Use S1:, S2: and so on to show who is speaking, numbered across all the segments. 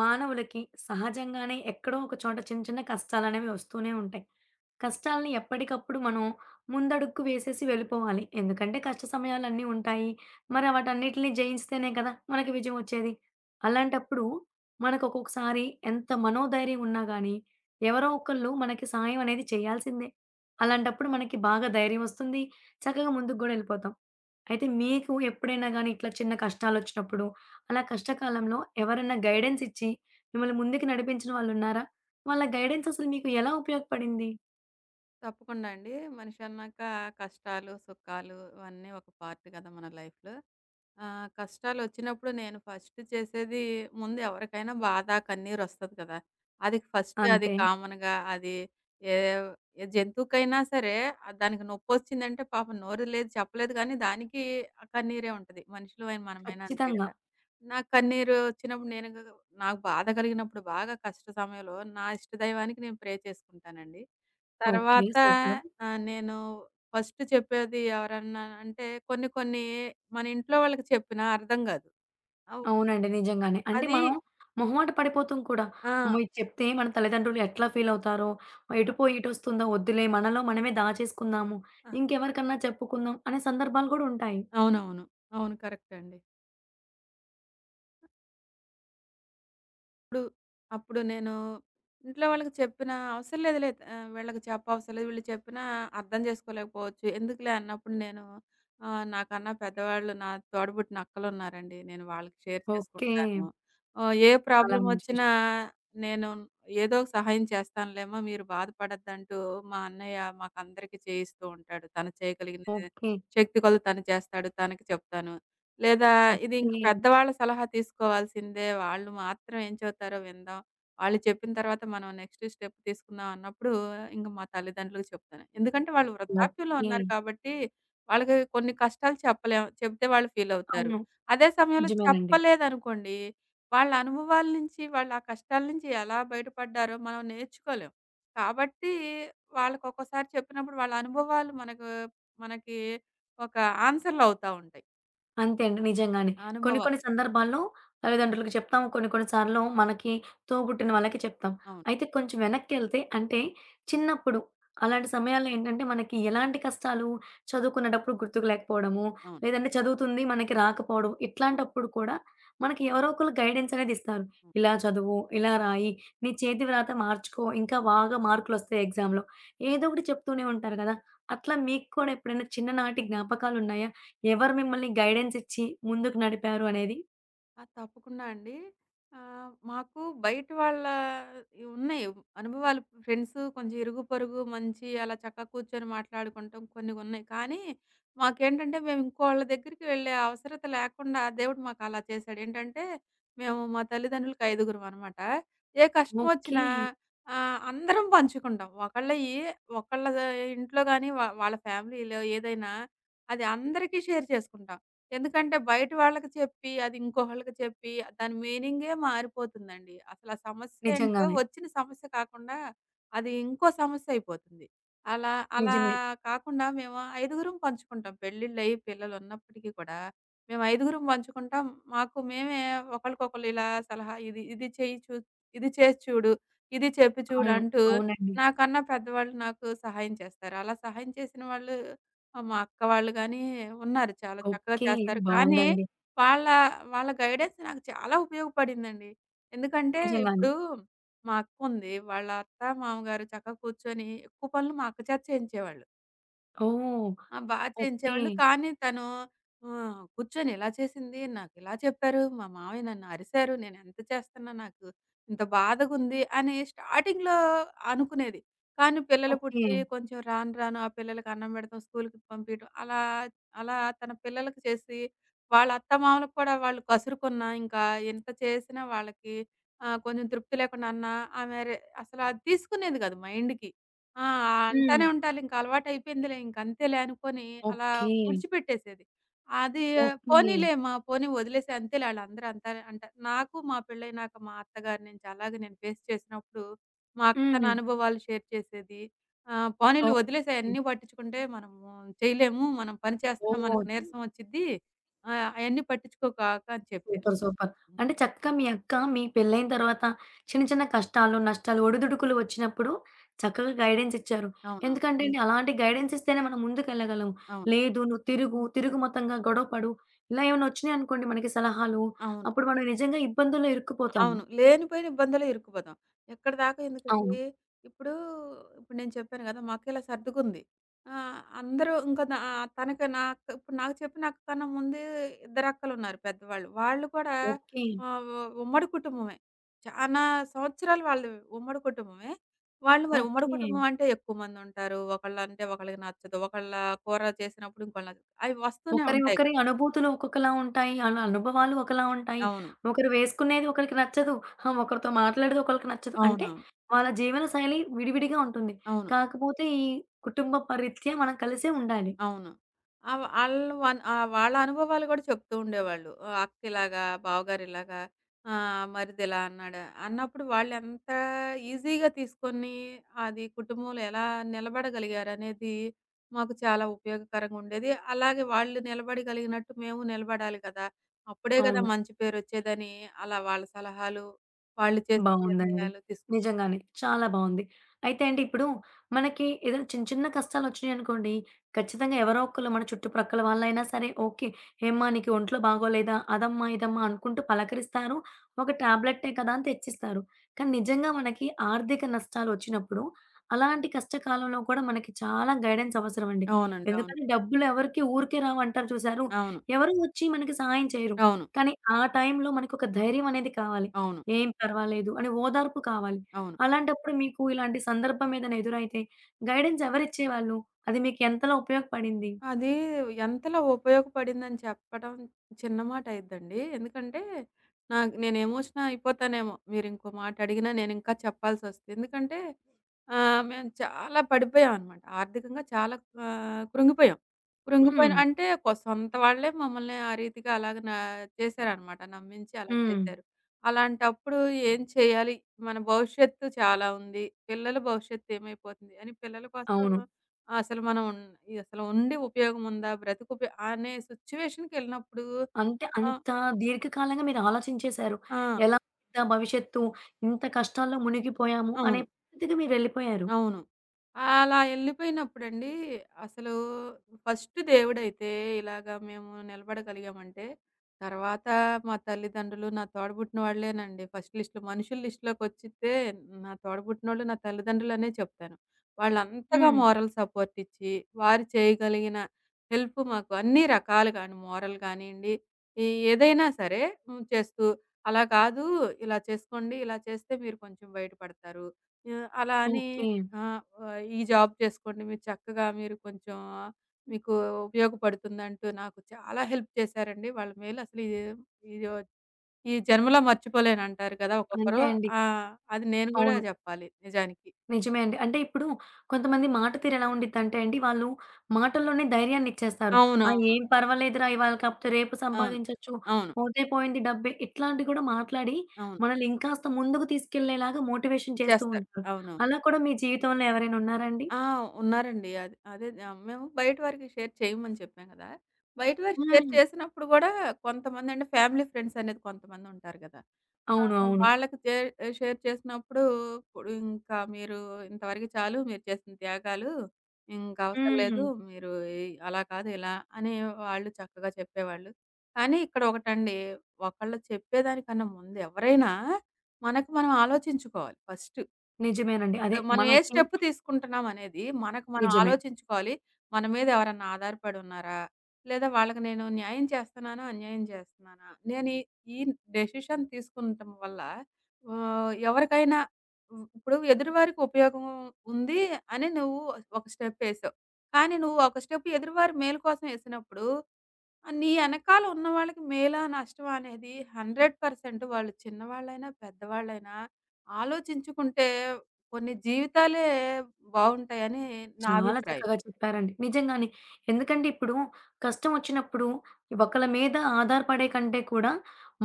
S1: మానవులకి సహజంగానే ఎక్కడో ఒక చోట చిన్న చిన్న కష్టాలనేవి వస్తూనే ఉంటాయి. కష్టాల్ని ఎప్పటికప్పుడు మనం ముందడుగు వేసేసి వెళ్ళిపోవాలి. ఎందుకంటే కష్ట సమయాలన్నీ ఉంటాయి. మరి వాటన్నిటిని జయించితేనే కదా మనకి విజయం వచ్చేది. అలాంటప్పుడు మనకు ఒక్కొక్కసారి ఎంత మనోధైర్యం ఉన్నా గానీ, ఎవరో ఒకళ్ళు మనకి సాయం అనేది చేయాల్సిందే. అలాంటప్పుడు మనకి బాగా ధైర్యం వస్తుంది. చక్కగా ముందుకు గూడా ఎళ్ళిపోతాం. అయితే మీకు ఎప్పుడైనా గానీ ఇట్లా చిన్న కష్టాలొచ్చినప్పుడు అలా కష్టకాలంలో ఎవరన్నా గైడెన్స్ ఇచ్చి మిమ్మల్ని ముందుకు నడిపించిన వాళ్ళున్నారా? వాళ్ళ గైడెన్స్ అసలు మీకు ఎలా ఉపయోగపడింది?
S2: తప్పకుండా అండి. మనిషి అన్నాక కష్టాలు, సుఖాలు ఇవన్నీ ఒక పార్ట్ కదా మన లైఫ్‌లో. కష్టాలొచ్చినప్పుడు నేను ఫస్ట్ చేసేది ముందు ఎవరికైనా బాధ, కన్నీరొస్తది కదా! అది ఫస్ట్ అది
S1: అంతే.
S2: కామన్‌గా అది ఏ ఏ జంతువుకైనా సరే దానికి నొప్పొచ్చిందంటే పాపం నోరు లేదు, చెప్పలేదు కానీ దానికి ఆ కన్నీరే ఉంటది. మనుషులమైన మనమైనా అంతే
S1: ఖచ్చితంగా.
S2: కదా! నాకు కన్నీరు వచ్చినప్పుడు నాకు బాధ కలిగినప్పుడు బాగా కష్ట సమయంలో నా ఇష్టదైవానికి నేను ప్రే చేసుకుంటానండి.
S1: ఓకే.
S2: తర్వాత
S1: సూపర్.
S2: నేను ఫస్ట్ చెప్పేది ఎవరన్నా అంటే కొన్ని కొన్ని మన ఇంట్లో వాళ్ళకి చెప్పినా అర్థం గాదు. అవ్
S1: అవునండి. నిజంగానే. అంటే
S2: అది
S1: మనం మొహమాట పడిపోతాం కూడా.
S2: ఆ!
S1: అమ్మో! ఇది చెప్తే మన తల్లిదండ్రులు ఎట్లా ఫీలవుతారో, ఎటుపోయి ఇటొస్తుందో వద్దులే మనలో మనమే దాచేసుకుందాము.
S2: అ
S1: ఇంకెవరికన్నా చెప్పుకుందాం అనే సందర్భాలు కూడా ఉంటాయి.
S2: అవునవును. అవును. కరెక్ట్ అండి. అప్పుడు, అప్పుడు నేను ఇంట్లో వాళ్ళకి చెప్పిన అవసరం లేదులే, వీళ్ళకి చెప్పవసరం లేదు. వీళ్ళు చెప్పినా అర్థం చేసుకోలేకపోవచ్చు. ఎందుకులే అన్నప్పుడు నేను నాకన్నా పెద్దవాళ్ళు నా తోడబుట్టిన అక్కలున్నారండి. నేను వాళ్ళకి షేర్
S1: ఓకే.
S2: చేసుకుంటాను. ఏ
S1: చాలా
S2: ప్రాబ్లమ్
S1: మంచి
S2: వచ్చినా
S1: విషయం.
S2: నేను ఏదో ఒక సహాయం చేస్తానులేమ్మా మీరు బాధపడొద్దంటూ మా అన్నయ్య మాకందరికీ చేయిస్తూ ఉంటాడు. తను చేయగలిగిన
S1: ఓకే.
S2: శక్తి కొలది తను చేస్తాడు. తనకి చెప్తాను. లేదా ఇది ఇంక
S1: ఓకే.
S2: పెద్దవాళ్ళ సలహా తీసుకోవాల్సిందే. వాళ్ళు మాత్రం ఏం చెబుతారో విందాం. వాళ్ళు చెప్పిన తర్వాత మనం నెక్స్ట్ స్టెప్ తీసుకుందాం అన్నప్పుడు ఇంక మా తల్లిదండ్రులకు చెప్తాను. ఎందుకంటే వాళ్ళు వృద్ధాప్యంలో
S1: ఓకే.
S2: ఉన్నారు కాబట్టి వాళ్ళకి కొన్ని కష్టాలు చెప్పలేము. చెప్తే వాళ్ళు ఫీలవుతారు.
S1: అవును.
S2: అదే సమయంలో
S1: నిజమేనండి.
S2: చెప్పలేదనుకోండి, వాళ్ళ అనుభవాల నుంచి వాళ్ళు ఆ కష్టాల నుంచి ఎలా బయటపడ్డారో మనం నేర్చుకోలేం. కాబట్టి వాళ్ళకొక్కోసారి చెప్పినప్పుడు వాళ్ళ అనుభవాలు మనకి ఒక ఆన్సర్‌లవుతా ఉంటాయి.
S1: అంతే అండి. నిజంగానే. కొన్ని
S2: అనుభవాలు.
S1: కొన్ని సందర్భాల్లో తల్లిదండ్రులకు చెప్తాం. కొన్ని కొన్ని సార్లు మనకి తోబుట్టిన వాళ్ళకి చెప్తాం.
S2: అవును.
S1: అయితే కొంచెం వెనక్కెళ్తే అంటే చిన్నప్పుడు అలాంటి సమయాల్లో ఏంటంటే మనకి ఎలాంటి కష్టాలు చదువుకునేటప్పుడు గుర్తుకు లేకపోవడము,
S2: అవును.
S1: లేదంటే చదువుతుంది మనకి రాకపోవడం
S2: అవును.
S1: ఇట్లాంటప్పుడు కూడా మనకి ఎవరో ఒకళ్ళు గైడెన్స్ అనేది ఇస్తారు.
S2: హ్మ్.
S1: ఇలా చదువు, ఇలా రాయి, నీ చేతి వ్రాత మార్చుకో ఇంకా బాగా మార్కులొస్తాయి ఎగ్జామ్‌లో. ఏదో ఒకటి చెప్తూనే ఉంటారు కదా! అట్లా మీకు కూడా ఎప్పుడైనా చిన్ననాటి జ్ఞాపకాలున్నాయా? ఎవరు మిమ్మల్ని గైడెన్స్ ఇచ్చి ముందుకు నడిపారు అనేది?
S2: ఆ! తప్పకుండా అండి. మాకు బయట వాళ్ళ ఇయి ఉన్నాయి. అనుభవాలు ఫ్రెండ్స్ కొంచెం ఇరుగు, పొరుగు మంచి అలా చక్కగా కూర్చొని మాట్లాడుకుంటాం కొన్ని ఉన్నాయి. కానీ మాకేంటంటే మేము ఇంకోళ్ళ దగ్గరికి వెళ్ళే అవసరత లేకుండా దేవుడు మాకు అలా చేశాడు. ఏంటంటే మేము మా తల్లిదండ్రులకి 5గురం అనమాట. ఏ కష్టం
S1: ఓకే.
S2: వచ్చినా అందరం పంచుకుంటాం. ఒకళ్ళ ఇంట్లో గాని వాళ్ళ ఫ్యామిలీలో ఏదైనా అది అందరికీ షేర్ చేసుకుంటాం. ఎందుకంటే బయట వాళ్ళకి చెప్పి, అది ఇంకోళ్ళకి చెప్పి, దాని మీనింగే మారిపోతుందండి. అసలు ఆ సమస్య ఏంటో
S1: నిజంగానే.
S2: వచ్చిన సమస్య కాకుండా, అది ఇంకో సమస్య అయిపోతుంది. అలా అలా
S1: నిజమే.
S2: కాకుండా మేము 5గురం పంచుకుంటాం. పెళ్ళిళ్ళయి పిల్లలున్నప్పటికీ కూడా, మేము 5గురం పంచుకుంటాం. మాకు మేమే ఒకళ్ళకొకళ్ళు ఇలా సలహా ఇది ఇది చెయ్యి చూ ఇది చేసి చూడు, ఇది చెప్పి చూడు
S1: అవును.
S2: అంటూ,
S1: అవునండి.
S2: నాకన్నా పెద్దవాళ్ళు నాకు సహాయం చేస్తారు. అలా సహాయం చేసిన వాళ్ళు ఆ! మా అక్క వాళ్ళు గానీ ఉన్నారు. చాలా చక్కగా
S1: ఓకే.
S2: చేస్తారు. కానీ
S1: బావుందండి.
S2: వాళ్ళ, వాళ్ళ గైడెన్స్ నాకు చాలా ఉపయోగపడిందండి. ఎందుకంటే
S1: నిజంగానే.
S2: ఇప్పుడు మా అక్కుంది. వాళ్ళ అత్త, మామగారు చక్కగా కూర్చొని ఎక్కువ పనులు మా అక్క చేత చేయించేవాళ్ళు.
S1: ఓహ్!
S2: ఆ! బా
S1: ఓకే.
S2: చేయించేవాళ్ళు. కానీ తను కూర్చొని ఇలా చేసింది, నాకిలా చెప్పారు, మా మామయ్య నన్ను అరిసారు, నేనెంత చేస్తున్నా నాకు ఇంత బాధగుంది అని స్టార్టింగ్‌లో అనుకునేది. కానీ పిల్లలు
S1: ఓకే.
S2: పుట్టి కొంచెం రాను రాను ఆ పిల్లలకి అన్నం పెడతాం, స్కూలుకి పంపియడం అలా, అలా తన పిల్లలకి చేసి వాళ్ళ అత్తమామలకు కూడా వాళ్ళు కసురుకున్నా ఇంకా ఎంత చేసినా వాళ్ళకి కొంచెం తృప్తి లేకుండా అన్నా ఆమె రె అసలు అది తీసుకునేది కాదు మైండ్‌కి. ఆ!
S1: హ్మ్.
S2: అంటానే ఉంటాలింక అలవాటయిపోయిందిలే ఇంకంతేలే అనుకోని అలా
S1: ఓకే.
S2: విడిచిపెట్టేసేది. అది
S1: ఓకే.
S2: పోనీ వదిలేసేయి అంతేలే ఆళ్ళందరూ అంతానే అంటారు. నాకు మా పెళ్ళైనాక మా అత్తగారి నుంచి అలాగే నేను ఫేస్ చేసినప్పుడు మా అక్క తన
S1: హ్మ్.
S2: అనుభవాలు షేర్ చేసేది. పోనీలే వదిలేసేయి
S1: ఓకే.
S2: అయన్నీ పట్టించుకుంటే మనము చేయలేము. మనం పని చేస్తున్నా మనకు
S1: ఓహ్!
S2: నీరసం వచ్చిద్ది. అయన్నీ పట్టించుకోకు అక్క అని చెప్పేది.
S1: సూపర్. సూపర్. అంటే చక్కగా మీ అక్క మీకు పెళ్ళైన తర్వాత చిన్న చిన్న కష్టాలు, నష్టాలు, ఒడిదుడుకులు వచ్చినప్పుడు చక్కగా గైడెన్స్ ఇచ్చారు.
S2: అవునవును.
S1: ఎందుకంటే హ్మ్. అండి అలాంటి గైడెన్స్ ఇస్తేనే మనం ముందుకెళ్ళగలం.
S2: అవును.
S1: లేదు నువ్వు తిరుగు, తిరుగు మతంగా గొడవ పడు. ఇలా ఏమైనా వచ్చినాయి అనుకోండి మనకి సలహాలు,
S2: అవును.
S1: అప్పుడు మనం నిజంగా ఇబ్బందుల్లో ఇరుక్కుపోతాము.
S2: అవును. లేనిపోయిన ఇబ్బందుల్లో ఇరుక్కుపోతాం. ఎక్కడిదాకా ఎందుకండి,
S1: అవును.
S2: ఇప్పుడు, ఇప్పుడు నేను చెప్పాను గదా! మాకిలా సర్దుకుంది. అందరూ ఇంకా నా తనకి నాకు ఇప్పుడు నాకు చెప్పిన అక్క కన్నా ముందే ఇద్దరక్కలున్నారు పెద్దవాళ్ళు. వాళ్ళు కూడా
S1: ఓకే.
S2: ఆహ్, ఉ ఉమ్మడి కుటుంబమే. చానా సంవత్సరాలు వాళ్ళు ఉమ్మడి కుటుంబమే. వాళ్ళు మరి ఉమ్మడి కుటుంబం
S1: ఓకే.
S2: అంటే ఎక్కువ మందుంటారు. ఒకళ్ళంటే ఒకళ్ళకి నచ్చదు. ఒకళ్ళ కూర చేసినప్పుడు ఇంకోళ్ళకి నచ్చదు. అవి వస్తూనే
S1: ఒకరి
S2: ఉంటాయి
S1: ఒకరి
S2: కదా!
S1: అనుభూతులు ఒక్కొక్కలా ఉంటాయి. వాళ్ళ అనుభవాలు ఒకలా ఉంటాయి.
S2: అవును.
S1: ఒకరు వేసుకునేది ఒకరికి నచ్చదు. ఒకరితో మాట్లాడేది ఒకళ్ళకి నచ్చదు. అంటే
S2: అవునవును.
S1: వాళ్ళ జీవన శైలి విడివిడిగా ఉంటుంది.
S2: అవును.
S1: కాకపోతే ఈ కుటుంబ పరీత్యా మనం కలిసే ఉండాలి.
S2: అవును. ఆహ్, ఆళ్ళు వన్ ఆహ్, వాళ్ళ అనుభవాలు గూడా చెప్తూ ఉండేవాళ్ళు. అక్కిలాగా, బావగారిలాగా, మరిదిలా అన్నాడు. అన్నప్పుడు వాళ్ళెంత ఈజీగా తీసుకొని అది కుటుంబంలో ఎలా నిలబడగలిగారనేది మాకు చాలా ఉపయోగకరంగా ఉండేది. అలాగే వాళ్ళు నిలబడగలిగినట్టు మేము నిలబడాలి కదా! అప్పుడే గదా
S1: అవును.
S2: మంచి పేరొచ్చేదని అలా వాళ్ళ సలహాలు, వాళ్ళు చేసిన
S1: బావుందండి.
S2: నిర్ణయాలు
S1: నిజంగానే. చాలా బావుంది. అయితే అండి ఇప్పుడు మనకి ఏదైనా చిన్న చిన్న కష్టాలొచ్చినియనుకోండి, ఖచ్చితంగా ఎవరో ఒకళ్ళు మన చుట్టుప్రక్కల వాళ్ళైనా సరే ఓకే. "ఏమ్మా! నీకు ఒంట్లో బాగోలేదా? అదమ్మా, ఇదమ్మా" అనుకుంటూ పలకరిస్తారు. ఒక టాబ్లెట్టే కదా అని తెచ్చిస్తారు. కానీ నిజంగా మనకి ఆర్థిక నష్టాలొచ్చినప్పుడు, అలాంటి కష్టకాలంలో కూడా మనకి చాలా గైడెన్స్ అవసరమండి.
S2: అవునండి. అవును.
S1: ఎందుకంటే డబ్బులెవరికీ ఊరికే రావంటారు చూసారు?
S2: అవును.
S1: ఎవరు వచ్చి మనకి సహాయం చేయరు.
S2: అవును.
S1: కానీ ఆ టైంలో మనకొక ధైర్యం అనేది కావాలి.
S2: అవును.
S1: ఏం పర్వాలేదు అని ఓదార్పు కావాలి.
S2: అవును.
S1: అలాంటప్పుడు మీకు ఇలాంటి సందర్భం ఏదైనా ఎదురైతే గైడెన్స్ ఎవరిచ్చేవాళ్ళు? అది మీకు ఎంతలా ఉపయోగపడింది?
S2: అది ఎంతలా ఉపయోగపడిందని చెప్పడం చిన్న మాట అయిద్దండి. ఎందుకంటే, నాకు నేను ఎమోషనల్ అయిపోతానేమో మీరింకో మాట అడిగినా నేనింకా చెప్పాల్సొస్తే. ఎందుకంటే, మేము చాలా పడిపోయామనమాట. ఆర్థికంగా చాలా కృంగిపోయాం. కృంగిపోయిన
S1: హ్మ్.
S2: అంటే కొ సొంత వాళ్ళే మమ్మల్ని ఆ రీతిగా అలాగ చేశారనమాట. నమ్మించి అలా
S1: హ్మ్.
S2: చేశారు. అలాంటప్పుడు ఏం చేయాలి? మన భవిష్యత్తు చాలా ఉంది. పిల్లల భవిష్యత్తు ఏమైపోతుంది అని పిల్లల కోసం
S1: అవును.
S2: ఆ, అసలు మనం ఉన్ ఇది అసలు ఉండి ఉపయోగం ఉందా? బ్రతుకు ఉపయో అనే సిట్యుయేషన్‌కెళ్ళినప్పుడు
S1: అంటే
S2: ఆహ్,
S1: అంత దీర్ఘకాలంగా మీరు ఆలోచించేశారు.
S2: ఆ! ఆ,
S1: ఎలా ఉందా భవిష్యత్తు? ఇంత కష్టాల్లో మునిగిపోయాము అనే
S2: అవును.
S1: పరిస్థితికి మీరెళ్ళిపోయారు.
S2: అవును. అలా ఎళ్ళిపోయినప్పుడండి, అసలు ఫస్ట్ దేవుడైతే ఇలాగా మేము నిలబడగలిగామంటే, తర్వాత మా తల్లిదండ్రులు, నా తోడబుట్టిన వాళ్ళేనండి ఫస్ట్ లిస్ట్‌లో. మనుషుల లిస్ట్‌లోకొచ్చితే నా తోడబుట్టినోళ్ళు, నా తల్లిదండ్రులనే చెప్తాను. వాళ్ళంతగా
S1: హ్మ్.
S2: మోరల్ సపోర్ట్ ఇచ్చి, వారు చేయగలిగిన హెల్ప్ మాకు అన్ని రకాలుగా అండి. మోరల్ గానియండి, ఈ ఏదైనా సరే హ్మ్, చేస్తూ, "అలా కాదు, ఇలా చేసుకోండి, ఇలా చేస్తే మీరు కొంచెం బయటపడతారు." అలా అని
S1: ఓకే.
S2: ఆ! ఈ జాబ్ చేసుకోండి. మీరు చక్కగా మీరు కొంచెం మీకు ఉపయోగపడుతుందంటూ నాకు చాలా హెల్ప్ చేశారండి. వాళ్ళ మేలు అసలు ఇది ఇది ఈ జన్మలో మర్చిపోలేనంటారు కదా!
S1: అంతే
S2: ఒక్కొక్కరు.
S1: అండి.
S2: ఆ! అది నేను గూడా
S1: అవును.
S2: జెప్పాలి నిజానికి.
S1: నిజమే అండి. అంటే ఇప్పుడు కొంతమంది మాట తీరు ఎలా ఉండిద్దంటే అండి, వాళ్ళు మాటల్లోనే ధైర్యాన్ని ఇచ్చేస్తారు. "ఆ!
S2: అవునవును.
S1: ఏం పర్వాలేదురా ఇవాళ కాకపోతే రేపు
S2: అవును.
S1: సంపాదించొచ్చు.
S2: అవును. అవును.
S1: పోతే పోయింది డబ్బే." ఇట్లాంటివి కూడా మాట్లాడి
S2: అవును
S1: మనల్ని ఇంకాస్త ముందుకు తీసుకెళ్ళేలాగా మోటివేషన్ చేస్తూ
S2: చేస్తారు.
S1: ఉంటారు.
S2: అవును.
S1: అలా కూడా మీ జీవితంలో ఎవరైనా ఉన్నారా అండి?
S2: ఆ! ఉన్నారండి. అది అదే మేము బయట వారికి షేర్ చేయమని చెప్పాం కదా! బయట వారికి షేర్
S1: హ్మ్.
S2: చేసినప్పుడు గూడా కొంతమందంటే ఫ్యామిలీ ఫ్రెండ్స్ అనేది కొంతమందుంటారు కదా!
S1: అవును.
S2: ఆహ్,
S1: అవును.
S2: వాళ్ళకి చే షేర్ చేసినప్పుడు ఇప్పుడు ఇంకా మీరు ఇంతవరకు చాలు మీరు చేసిన త్యాగాలు. ఇంక అవసరం
S1: హ్మ్.
S2: లేదు. మీరు ఈ అలా కాదు ఇలా అని వాళ్ళు చక్కగా చెప్పేవాళ్ళు. కానీ ఇక్కడ ఒకటండి ఒకళ్ళు చెప్పేదానికన్నా ముందు ఎవరైనా మనకు మనం ఆలోచించుకోవాలి ఫస్ట్.
S1: నిజమేనండి. అదే
S2: సో మనం ఏ
S1: మనకి
S2: స్టెప్ తీసుకుంటున్నాం అనేది మనకు మనం
S1: నిజమే.
S2: ఆలోచించుకోవాలి. మన మీద ఎవరన్నా ఆధారపడి ఉన్నారా? లేదా వాళ్ళకి నేను న్యాయం చేస్తున్నానా? అన్యాయం చేస్తున్నానా? నేను ఈ ఈ డెసిషన్ తీసుకుంటం వల్ల ఎవరికైనా హ్మ్, ఇప్పుడు ఎదురువారికి ఉపయోగం ఉంది అని నువ్వు ఒక స్టెప్ ఏసావు. కానీ నువ్వు ఒక స్టెప్ ఎదురువారి మేలు కోసం ఏసినప్పుడు ఆ! నీ ఎనకాల ఉన్న వాళ్ళకి మేలా? నష్టమా? అనేది 100% వాళ్ళు చిన్నవాళ్ళైనా, పెద్దవాళ్ళైనా ఆలోచించుకుంటే కొన్ని జీవితాలే బావుంటాయని నా
S1: చాలా
S2: అభిప్రాయం.
S1: చక్కగా చెప్పారండి. నిజంగానే. ఎందుకంటే ఇప్పుడు కష్టం వచ్చినప్పుడు ఒకళ్ళ మీద ఆధారపడే కంటే కూడా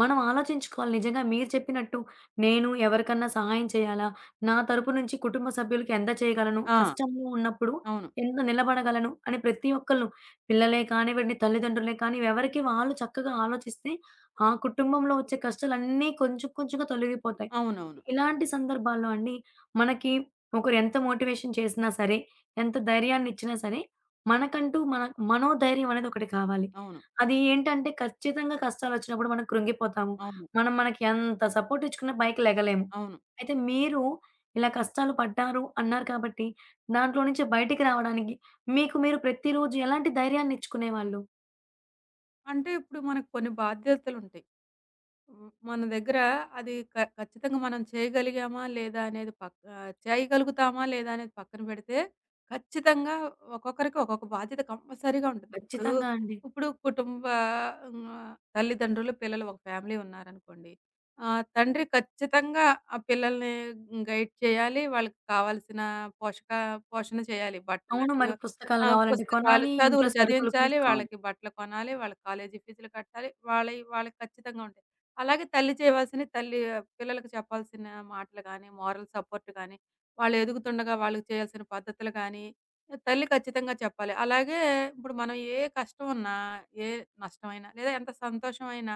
S1: మనం ఆలోచించుకోవాలి. నిజంగా మీరు చెప్పినట్టు నేను ఎవరికన్నా సహాయం చేయాలా? నా తరపు నుంచి కుటుంబ సభ్యులకి ఎంత చేయగలను?
S2: ఆ!
S1: కష్టంలో ఉన్నప్పుడు
S2: అవును.
S1: ఎంత నిలబడగలను? అని ప్రతి ఒక్కళ్ళు పిల్లలే కానివ్వండి, తల్లిదండ్రులే కానీ ఎవరికి వాళ్ళు చక్కగా ఆలోచిస్తే ఆ కుటుంబంలో వచ్చే కష్టాలన్నీ కొంచెం కొంచెంగా తొలగిపోతాయి.
S2: అవునవును.
S1: ఇలాంటి సందర్భాల్లో అండి మనకి ఒకరు ఎంత మోటివేషన్ చేసినా సరే ఎంత ధైర్యాన్నిచ్చినా సరే, మనకంటూ మన మనోధైర్యం అనేది ఒకటి కావాలి.
S2: అవును.
S1: అది ఏంటంటే ఖచ్చితంగా కష్టాలొచ్చినప్పుడు మనం కృంగిపోతాము.
S2: అవును.
S1: మనం మనకి ఎంత సపోర్ట్ ఇచ్చుకున్నా పైకి లెగలేము.
S2: అవును.
S1: అయితే మీరు ఇలా కష్టాలు పడ్డారు అన్నారు కాబట్టి, దాంట్లో నుంచి బయటికి రావడానికి మీకు మీరు ప్రతిరోజు ఎలాంటి ధైర్యాన్నిచ్చుకునేవాళ్ళు?
S2: అంటే ఇప్పుడు మనకు కొన్ని బాధ్యతలుంటాయి. హ్మ్. మన దగ్గర అది క ఖచ్చితంగా మనం చేయగలిగామా? లేదా? అనేది చేయగలుగుతామా? లేదా? అనేది పక్కన పెడితే, ఖచ్చితంగా ఒక్కొక్కరికి ఒక్కొక్క బాధ్యత కంపల్సరీగా ఉంటుంది.
S1: ఖచ్చితంగా అండి.
S2: ఇప్పుడు కుటుంబ తల్లిదండ్రులు, పిల్లలు ఒక ఫ్యామిలీ ఉన్నారనుకోండి. తండ్రి ఖచ్చితంగా ఆ పిల్లల్ని గైడ్ చేయాలి. వాళ్ళకి కావాల్సిన పోషక పోషణ చేయాలి.
S1: అవును.
S2: బట్టలని
S1: మరి పుస్తకాలు
S2: ఆ!
S1: గావాలంటే
S2: పుస్తకాలు,
S1: కొనాలి. ఇంట్లో
S2: చదువులు
S1: సరుకులు
S2: చదివించాలి.
S1: తీసుకోవాలి.
S2: వాళ్ళకి బట్టలు కొనాలి. వాళ్ళ కాలేజీ ఫీజులు కట్టాలి. వాళ్ళయి వాళ్ళకి ఖచ్చితంగా ఉంటాయి. అలాగే తల్లి చేయవలసినయి తల్లి పిల్లలకు చెప్పాల్సిన మాటలు గాని, మోరల్ సపోర్ట్ గాని, వాళ్ళు ఎదుగుతుండగా వాళ్ళకి చేయాల్సిన పద్ధతులు గాని, తల్లి ఖచ్చితంగా చెప్పాలి. అలాగే ఇప్పుడు మనం ఏ కష్టం ఉన్నా, ఏ నష్టమైనా లేదా ఎంత సంతోషమైనా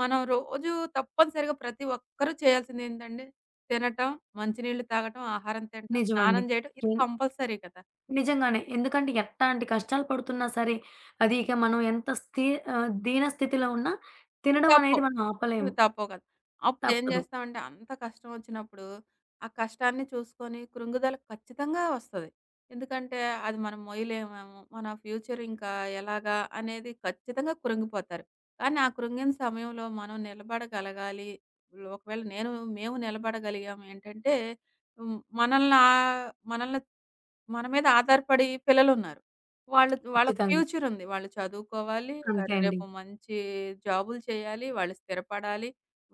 S2: మనం రోజు తప్పనిసరిగా ప్రతి ఒక్కరూ చేయాల్సిందేంటండి? తినటం, మంచినీళ్ళు తాగటం, ఆహారం తినటం,
S1: నిజమండి.
S2: స్నానం చేయటం ఇది
S1: ఎన్
S2: కంపల్సరీ కదా!
S1: నిజంగానే. ఎందుకంటే ఎట్టాంటి కష్టాలు పడుతున్నా సరే, అది ఇక మనం ఎంత స్థి దీన స్థితిలో ఉన్నా
S2: ఇవి
S1: తినడం అనేది
S2: తప్పవు.
S1: మనం
S2: ఇవి
S1: ఆపలేము.
S2: తప్పవు కదా! అప్పుడేం
S1: తప్పదు.
S2: జేస్తామంటే అంత కష్టం ఒచ్చినప్పుడు, ఆ కష్టాన్ని చూసుకొని కృంగుదల ఖచ్చితంగా వస్తది. ఎందుకంటే అది మనం మొయలేమేమో, మన ఫ్యూచర్ ఇంకా ఎలాగా అనేది ఖచ్చితంగా కృంగిపోతారు. కానీ ఆ కృంగిన సమయంలో మనం నిలబడగలగాలి. ఒకవేళ నేను మేము నిలబడగలిగాం ఏంటంటే హ్మ్. మనల్ని మన మీద ఆధారపడి పిల్లలున్నారు. వాళ్ళకి
S1: ఖచ్చితంగా.
S2: ఫ్యూచర్ ఉంది. వాళ్ళు చదువుకోవాలి.
S1: అంతే
S2: వాళ్ళు
S1: అండి.
S2: రేపు మంచి జాబులు చేయాలి. వాళ్ళు స్థిరపడాలి.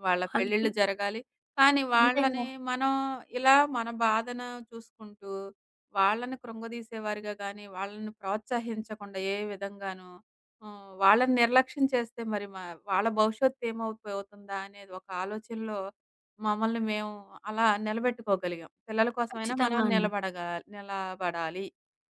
S2: వాళ్ళ
S1: వాళ్ళకి
S2: పెళ్ళిళ్ళు జరగాలి. కానీ
S1: అంతే కదా!
S2: వాళ్ళని మనం ఇలా మన బాధను చూసుకుంటూ, వాళ్ళని కృంగదీసేవారిగా గానీ, వాళ్ళని ప్రోత్సహించకుండా ఏ విధంగానూ వాళ్ళని నిర్లక్ష్యం చేస్తే మరి మ వాళ్ళ భవిష్యత్తు ఏమవుపోతుందా అనేది ఒక ఆలోచనలో మమ్మల్ని మేము అలా నిలబెట్టుకోగలిగాం. పిల్లల కోసమైనా మనం
S1: ఖచ్చితంగా అండి.
S2: నిలబడగా నిలబడాలి.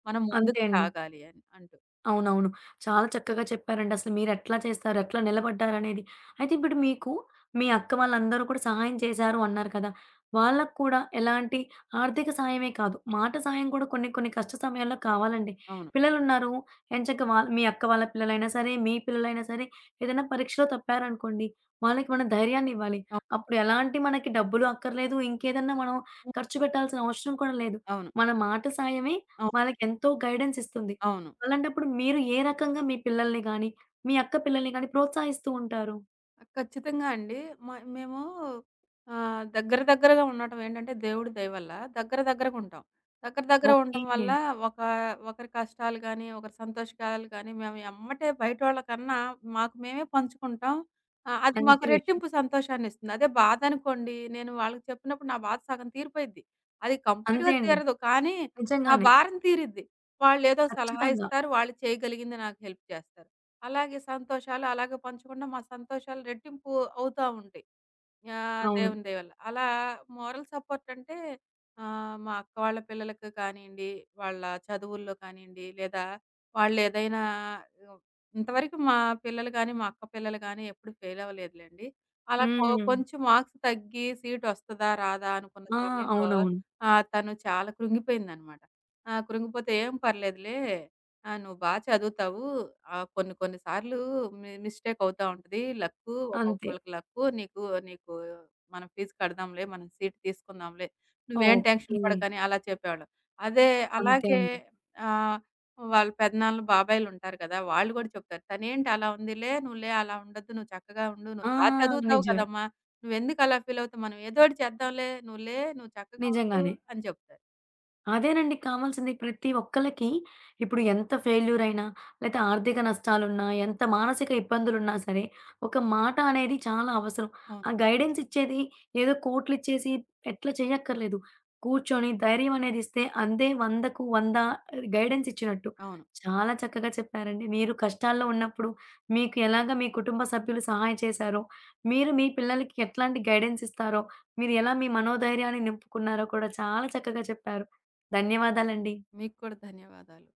S2: మనం
S1: అంతే
S2: ముందుకు
S1: అండి.
S2: సాగాలి అని అంటూ.
S1: అవునవును. చాలా చక్కగా చెప్పారండి. అసలు మీరెట్లా చేస్తారు? ఎట్లా నిలబడ్డారనేది. అయితే ఇప్పుడు మీకు మీ అక్క వాళ్ళందరూ కూడా సహాయం చేశారు అన్నారు కదా! వాళ్ళకి కూడా ఎలాంటి ఆర్థిక సాయమే కాదు, మాట సాయం కూడా కొన్ని కొన్ని కష్ట సమయాల్లో కావాలండి.
S2: అవును.
S1: పిల్లలున్నారు, ఎంచక్కా మీ అక్క వాళ్ళ పిల్లలైనా సరే, మీ పిల్లలైనా సరే, ఏదైనా పరీక్షలో తప్పారనుకోండి, వాళ్ళకి మనం ధైర్యాన్ని ఇవ్వాలి.
S2: అవును.
S1: అప్పుడు ఎలాంటి మనకి డబ్బులు అక్కర్లేదు, ఇంకేదన్నా మనం ఖర్చు పెట్టాల్సిన అవసరం కూడా లేదు.
S2: అవును.
S1: మన మాట సాయమే
S2: అవును.
S1: వాళ్ళకెంతో గైడెన్స్ ఇస్తుంది.
S2: అవును.
S1: అలాంటప్పుడు మీరు ఏ రకంగా మీ పిల్లల్ని గాని, మీ అక్క పిల్లల్ని గాని ప్రోత్సహిస్తూ ఉంటారు?
S2: ఆ! ఖచ్చితంగా అండి. మ మేము దగ్గర దగ్గరగా ఉండటం ఏంటంటే దేవుడి దయ వల్ల దగ్గర దగ్గరగుంటాం. దగ్గర దగ్గర ఉండటం
S1: ఓకే.
S2: వల్ల ఒక ఒకరి కష్టాలు గానీ, ఒకరి సంతోషాలు గానీ మేము ఎమ్మటే బయటోళ్ళకన్నా మాకు మేమే పంచుకుంటాం. అది మాకు
S1: మంచి విషయం.
S2: రెట్టింపు సంతోషాన్నిస్తుంది. అదే బాధనుకోండి నేను వాళ్ళకి చెప్పినప్పుడు నా బాధ సగం తీరిపోయిద్ది. అది
S1: అంతే
S2: కంప్లీట్‌గా
S1: అండి.
S2: తీరదు. కానీ నా
S1: నిజంగానే.
S2: భారం తీరిద్ది. వాళ్ళేదో సలహా
S1: ఖచ్చితంగా.
S2: ఇస్తారు. వాళ్ళు చేయగలిగింది నాకు హెల్ప్ చేస్తారు. అలాగే సంతోషాలు అలాగే పంచుకుంటే మా సంతోషాలు రెట్టింపు అవుతా ఉంటాయి. యాహ్!
S1: అవును.
S2: దేవుని దయ వల్ల. అలా మోరల్ సపోర్ట్ అంటే మా అక్క వాళ్ళ పిల్లలకి కానియండి, వాళ్ళ చదువుల్లో కానియండి, లేదా వాళ్ళేదైనా ఆహ్, ఇంతవరకు మా పిల్లలు గాని, మా అక్క పిల్లలు గాని ఎప్పుడు ఫెయిల్ అవ్వలేదులెండి. అలా కొ
S1: హ్మ్.
S2: కొంచెం మార్క్స్ తగ్గి సీటొస్తదా? రాదా? అనుకున్న
S1: ఆ!
S2: సమయంలో
S1: అవునవును.
S2: తను చాలా కృంగిపోయిందనమాట. ఆ! కృంగిపోతే "ఏం పర్లేదులే" ఆ! నువ్వు బా చదువుతావు. కొన్ని కొన్ని సార్లు మిస్టేక్ అవుతా ఉంటది. లక్కు
S1: అంతే.
S2: ఒక్కొక్కళ్ళకి లక్కు. నీకు నీకు మనం ఫీజు కడదాంలే. మనం సీట్ తీసుకుందాంలే. నువ్వేం టెన్షన్
S1: ఓకే.
S2: పడకని అలా చెప్పేవాళ్ళం. అదే
S1: అంతే
S2: అలాగే
S1: అండి.
S2: ఆహ్, వాళ్ళ పెదనాన్నలు, బాబాయిలుంటారు కదా! వాళ్ళు కూడా చెప్తారు. "తనేంటి అలా ఉందిలే. నువ్వులే అలా ఉండొద్దు. నువ్వు చక్కగా ఉండు.
S1: ఆ!
S2: నువ్వు బా చదువుతావు
S1: నిజమే.
S2: కదమ్మా! నువ్వెందుకు అలా ఫీల్ అవుతావు? మనం ఏదో ఒకటి చేద్దాంలే. నువ్వులే. నువ్వు చక్కగా ఉండు"
S1: నిజంగానే.
S2: అని చెప్తారు.
S1: అదేనండి కావాల్సింది. ప్రతి ఒక్కళ్ళకి ఇప్పుడు ఎంత ఫెయిల్యూర్ అయినా, లేతే ఆర్థిక నష్టాలున్నా, ఎంత మానసిక ఇబ్బందులున్నా సరే, ఒక మాట అనేది చాలా అవసరం.
S2: అవును.
S1: ఆ గైడెన్స్ ఇచ్చేది ఏదో కోట్లిచ్చేసి ఎట్లా చేయక్కర్లేదు. కూర్చొని ధైర్యం అనేది ఇస్తే అందే 100కు 100 గైడెన్స్ ఇచ్చినట్టు.
S2: అవును.
S1: చాలా చక్కగా చెప్పారండి. మీరు కష్టాల్లో ఉన్నప్పుడు మీకు ఎలాగా మీ కుటుంబ సభ్యులు సహాయం చేశారో, మీరు మీ పిల్లలకి ఎట్లాంటి గైడెన్స్ ఇస్తారో, మీరు ఎలా మీ మనోధైర్యాన్ని నింపుకున్నారో కూడా చాలా చక్కగా చెప్పారు. ధన్యవాదాలండి.
S2: మీకు కూడా ధన్యవాదాలు.